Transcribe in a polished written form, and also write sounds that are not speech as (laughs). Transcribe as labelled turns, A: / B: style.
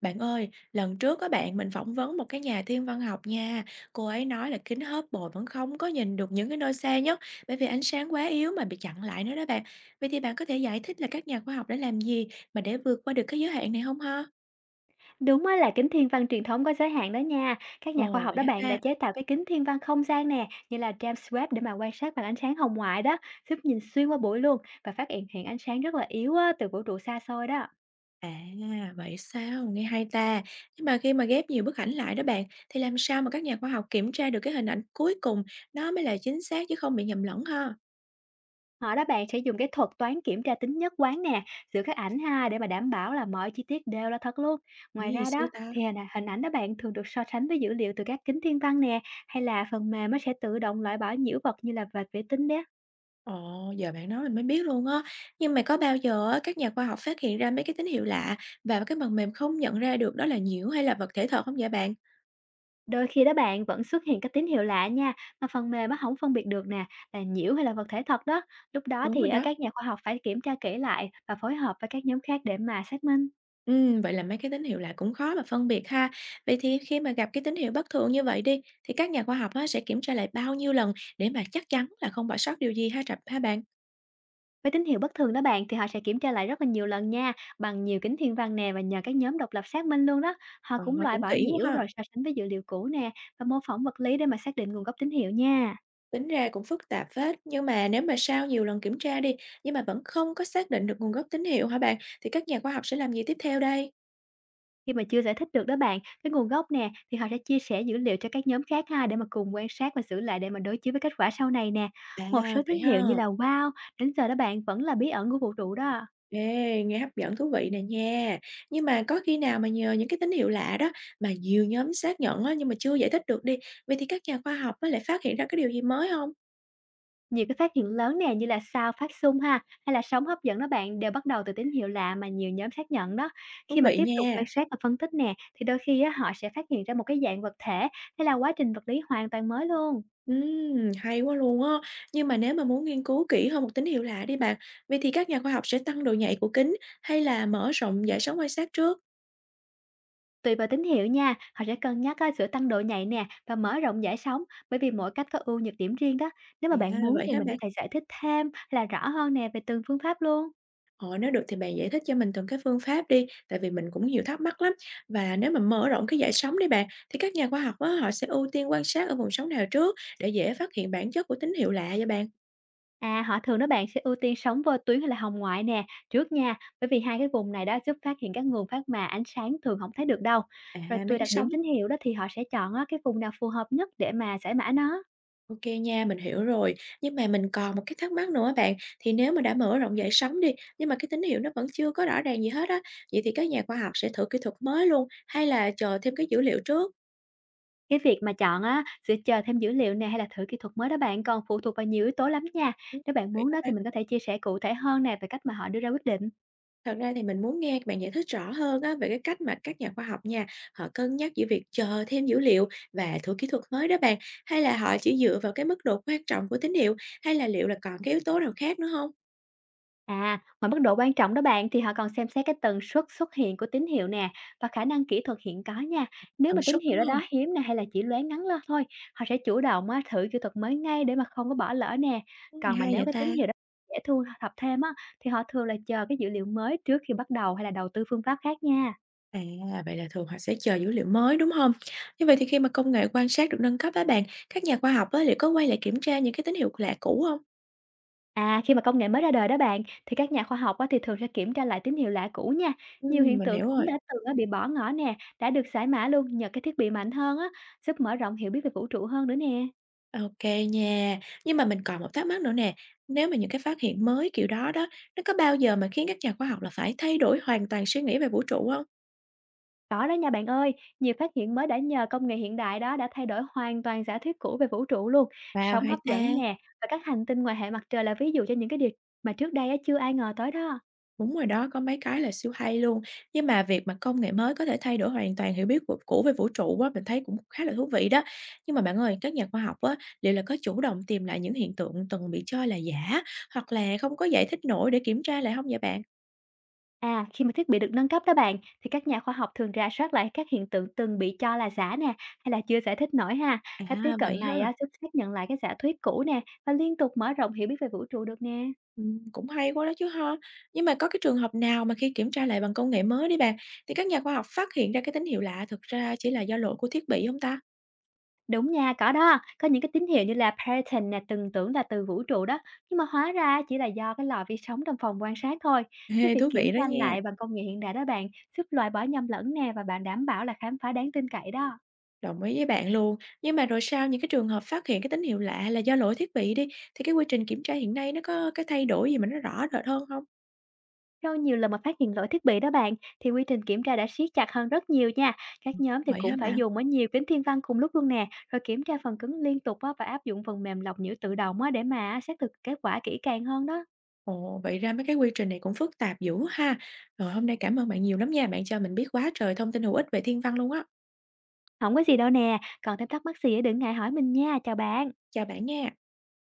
A: Bạn ơi, lần trước các bạn mình phỏng vấn một cái nhà thiên văn học nha. Cô ấy nói là kính hớp bồi vẫn không có nhìn được những cái nơi xa nhất bởi vì ánh sáng quá yếu mà bị chặn lại nữa đó bạn. Vậy thì bạn có thể giải thích là các nhà khoa học đã làm gì mà để vượt qua được cái giới hạn này không ha?
B: Đúng á, là kính thiên văn truyền thống có giới hạn đó nha. Các nhà khoa
A: Ồ,
B: học
A: vậy
B: đó
A: hả
B: bạn đã
A: ta?
B: chế tạo cái kính thiên văn không gian nè, như là James Webb để mà quan sát bằng ánh sáng hồng ngoại đó, giúp nhìn xuyên qua bụi luôn và phát hiện hiện ánh sáng rất là yếu á, từ vũ trụ xa xôi đó.
A: À, vậy sao? Nghe hay ta. Nhưng mà khi mà ghép nhiều bức ảnh lại đó bạn, thì làm sao mà các nhà khoa học kiểm tra được cái hình ảnh cuối cùng nó mới là chính xác chứ không bị nhầm lẫn ha?
B: Họ đó bạn sẽ dùng cái thuật toán kiểm tra tính nhất quán nè giữa các ảnh ha, để mà đảm bảo là mọi chi tiết đều là thật luôn. Ngoài
A: Ý,
B: ra
A: siêu
B: đó
A: ta.
B: thì hình ảnh đó bạn thường được so sánh với dữ liệu từ các kính thiên văn nè, hay là phần mềm nó sẽ tự động loại bỏ nhiễu vật như là vệt vệ tinh đó.
A: Ồ, giờ bạn nói mình mới biết luôn á. Nhưng mà có bao giờ á, các nhà khoa học phát hiện ra mấy cái tín hiệu lạ và cái phần mềm không nhận ra được đó là nhiễu hay là vật thể thật không vậy bạn?
B: Đôi khi đó bạn vẫn xuất hiện các tín hiệu lạ nha, mà phần mềm á hổng phân biệt được nè, là nhiễu hay là vật thể thật đó. Lúc đó
A: Đúng
B: thì
A: rồi
B: á,
A: đó.
B: các nhà khoa học phải kiểm tra kỹ lại và phối hợp với các nhóm khác để mà xác minh.
A: Ừ, vậy là mấy cái tín hiệu lạ cũng khó mà phân biệt ha. Vậy thì khi mà gặp cái tín hiệu bất thường như vậy đi, thì các nhà khoa học á, sẽ kiểm tra lại bao nhiêu lần để mà chắc chắn là không bỏ sót điều gì ha Trập ha bạn?
B: Với tín hiệu bất thường đó bạn thì họ sẽ kiểm tra lại rất là nhiều lần nha, bằng nhiều kính thiên văn nè và nhờ các nhóm độc lập xác minh luôn đó. Họ
A: Ờ,
B: cũng loại
A: cũng
B: bỏ
A: kỹ
B: nhiễu
A: quá ha.
B: rồi so sánh với dữ liệu cũ nè, và mô phỏng vật lý để mà xác định nguồn gốc tín hiệu nha.
A: Tính ra cũng phức tạp phết, nhưng mà nếu mà sau nhiều lần kiểm tra đi, nhưng mà vẫn không có xác định được nguồn gốc tín hiệu hả bạn, thì các nhà khoa học sẽ làm gì tiếp theo đây?
B: Khi mà chưa giải thích được đó bạn, cái nguồn gốc nè, thì họ sẽ chia sẻ dữ liệu cho các nhóm khác ha, để mà cùng quan sát và xử lại để mà đối chiếu với kết quả sau này nè. Một
A: À,
B: số tín
A: vậy
B: hiệu như
A: ha?
B: là wow, đến giờ đó bạn vẫn là bí ẩn của vũ trụ đó.
A: Ê, nghe hấp dẫn thú vị nè nha. Nhưng mà có khi nào mà nhờ những cái tín hiệu lạ đó mà nhiều nhóm xác nhận á, nhưng mà chưa giải thích được đi, vậy thì các nhà khoa học á lại phát hiện ra cái điều gì mới không?
B: Nhiều cái phát hiện lớn nè như là sao phát xung ha, hay là sóng hấp dẫn đó bạn đều bắt đầu từ tín hiệu lạ mà nhiều nhóm xác nhận đó.
A: Thú
B: Khi mà
A: vị
B: tiếp tục quan
A: nha.
B: sát và phân tích nè, thì đôi khi á, họ sẽ phát hiện ra một cái dạng vật thể hay là quá trình vật lý hoàn toàn mới luôn.
A: Hay quá luôn á. Nhưng mà nếu mà muốn nghiên cứu kỹ hơn một tín hiệu lạ đi bạn, vậy thì các nhà khoa học sẽ tăng độ nhạy của kính hay là mở rộng dải sóng quan sát trước?
B: Tùy vào tín hiệu nha, họ sẽ cân nhắc á, giữa tăng độ nhạy nè và mở rộng giải sóng, bởi vì mỗi cách có ưu nhược điểm riêng đó. Nếu mà
A: À,
B: bạn muốn
A: vậy
B: thì
A: hả
B: mình có
A: bạn?
B: thể giải thích thêm hay là rõ hơn nè về từng phương pháp luôn.
A: Ờ, nếu được thì bạn giải thích cho mình từng cái phương pháp đi, tại vì mình cũng nhiều thắc mắc lắm. Và nếu mà mở rộng cái dải sóng đi bạn, thì các nhà khoa học á, họ sẽ ưu tiên quan sát ở vùng sóng nào trước để dễ phát hiện bản chất của tín hiệu lạ vậy bạn?
B: À, họ thường đó bạn sẽ ưu tiên sóng vô tuyến hay là hồng ngoại nè trước nha, bởi vì hai cái vùng này đó giúp phát hiện các nguồn phát mà ánh sáng thường không thấy được đâu.
A: À,
B: Rồi
A: mấy
B: tùy
A: cái
B: đặc
A: sóng.
B: điểm tín hiệu đó thì họ sẽ chọn á, cái vùng nào phù hợp nhất để mà giải mã nó.
A: Ok nha, mình hiểu rồi. Nhưng mà mình còn một cái thắc mắc nữa bạn, thì nếu mà đã mở rộng dải sóng đi, nhưng mà cái tín hiệu nó vẫn chưa có rõ ràng gì hết á, vậy thì các nhà khoa học sẽ thử kỹ thuật mới luôn, hay là chờ thêm cái dữ liệu trước?
B: Cái việc mà chọn á, giữa chờ thêm dữ liệu nè hay là thử kỹ thuật mới đó bạn, còn phụ thuộc vào nhiều yếu tố lắm nha.
A: Ừ,
B: Nếu bạn
A: vậy
B: muốn
A: đó
B: đó thì
A: bạn.
B: mình có thể chia sẻ cụ thể hơn nè về cách mà họ đưa ra quyết định.
A: Thật ra thì mình muốn nghe bạn giải thích rõ hơn á, về cái cách mà các nhà khoa học nha, họ cân nhắc giữa việc chờ thêm dữ liệu và thử kỹ thuật mới đó bạn, hay là họ chỉ dựa vào cái mức độ quan trọng của tín hiệu, hay là liệu là còn cái yếu tố nào khác nữa không?
B: À, ngoài mức độ quan trọng đó bạn thì họ còn xem xét cái tần suất xuất hiện của tín hiệu nè và khả năng kỹ thuật hiện có nha. Nếu
A: Tần
B: mà tín
A: suất
B: hiệu
A: đúng
B: đó
A: không?
B: đó hiếm nè hay là chỉ lóe ngắn lơ thôi, họ sẽ chủ động á, thử kỹ thuật mới ngay để mà không có bỏ lỡ nè.
A: Ừ,
B: Còn mà
A: hay
B: nếu
A: vậy
B: cái tín
A: ta.
B: hiệu đó dễ thu thập thêm á, thì họ thường là chờ cái dữ liệu mới trước khi bắt đầu hay là đầu tư phương pháp khác nha.
A: À, vậy là thường họ sẽ chờ dữ liệu mới đúng không? Như vậy thì khi mà công nghệ quan sát được nâng cấp á bạn, các nhà khoa học á, liệu có quay lại kiểm tra những cái tín hiệu lạ cũ không?
B: À, khi mà công nghệ mới ra đời đó bạn, thì các nhà khoa học á, thì thường sẽ kiểm tra lại tín hiệu lạ cũ nha.
A: Ừ,
B: Nhiều hiện
A: mình
B: tượng
A: hiểu
B: cũng
A: rồi.
B: đã từng á, bị bỏ ngỏ nè, đã được giải mã luôn nhờ cái thiết bị mạnh hơn á, giúp mở rộng hiểu biết về vũ trụ hơn nữa nè.
A: OK kê nha. Nhưng mà mình còn một thắc mắc nữa nè, nếu mà những cái phát hiện mới kiểu đó đó, nó có bao giờ mà khiến các nhà khoa học là phải thay đổi hoàn toàn suy nghĩ về vũ trụ không?
B: Có đó nha bạn ơi, nhiều phát hiện mới đã nhờ công nghệ hiện đại đó đã thay đổi hoàn toàn giả thuyết cũ về vũ trụ luôn.
A: Wow,
B: Sóng
A: hay
B: hấp dẫn
A: ta!
B: nè, và các hành tinh ngoài hệ mặt trời là ví dụ cho những cái điều mà trước đây á, chưa ai ngờ tới đó.
A: Đúng rồi đó, có mấy cái là siêu hay luôn. Nhưng mà việc mà công nghệ mới có thể thay đổi hoàn toàn hiểu biết của cũ về vũ trụ á, mình thấy cũng khá là thú vị đó. Nhưng mà bạn ơi, các nhà khoa học á, liệu là có chủ động tìm lại những hiện tượng từng bị cho là giả, hoặc là không có giải thích nổi để kiểm tra lại không vậy bạn?
B: À, khi mà thiết bị được nâng cấp đó bạn, thì các nhà khoa học thường rà soát lại các hiện tượng từng bị cho là giả nè, hay là chưa giải thích nổi ha. Cách tiếp
A: À,
B: cận
A: vậy
B: này á,
A: ha!
B: giúp xác nhận lại cái giả thuyết cũ nè, và liên tục mở rộng hiểu biết về vũ trụ được nè.
A: Cũng hay quá đó chứ ha. Nhưng mà có cái trường hợp nào mà khi kiểm tra lại bằng công nghệ mới đi bạn, thì các nhà khoa học phát hiện ra cái tín hiệu lạ thực ra chỉ là do lỗi của thiết bị hông ta?
B: Đúng nha, có đó, có những cái tín hiệu như là Periton nè, từng tưởng là từ vũ trụ đó, nhưng mà hóa ra chỉ là do cái lò vi sóng trong phòng quan sát thôi.
A: (laughs)
B: Cái
A: Ê,
B: việc
A: thú vị
B: kiểm
A: đó
B: tra
A: nha,
B: lại bằng công nghệ hiện đại đó bạn, giúp loại bỏ nhầm lẫn nè và bạn đảm bảo là khám phá đáng tin cậy đó.
A: đồng ý với bạn luôn. Nhưng mà rồi sau những cái trường hợp phát hiện cái tín hiệu lạ là do lỗi thiết bị đi, thì cái quy trình kiểm tra hiện nay nó có cái thay đổi gì mà nó rõ rệt hơn không?
B: Sau nhiều lần mà phát hiện lỗi thiết bị đó bạn, thì quy trình kiểm tra đã siết chặt hơn rất nhiều nha. Các nhóm thì
A: Vậy
B: cũng
A: hả
B: phải
A: bạn?
B: dùng ở nhiều kính thiên văn cùng lúc luôn nè, rồi kiểm tra phần cứng liên tục á, và áp dụng phần mềm lọc nhũ tự động á, để mà xác thực kết quả kỹ càng hơn đó.
A: Ồ, vậy ra mấy cái quy trình này cũng phức tạp dữ ha. Rồi, hôm nay cảm ơn bạn nhiều lắm nha, bạn cho mình biết quá trời thông tin hữu ích về thiên văn luôn á.
B: Không có gì đâu nè, còn thêm thắc mắc gì á, đừng ngại hỏi mình nha, chào bạn.
A: Chào bạn nha.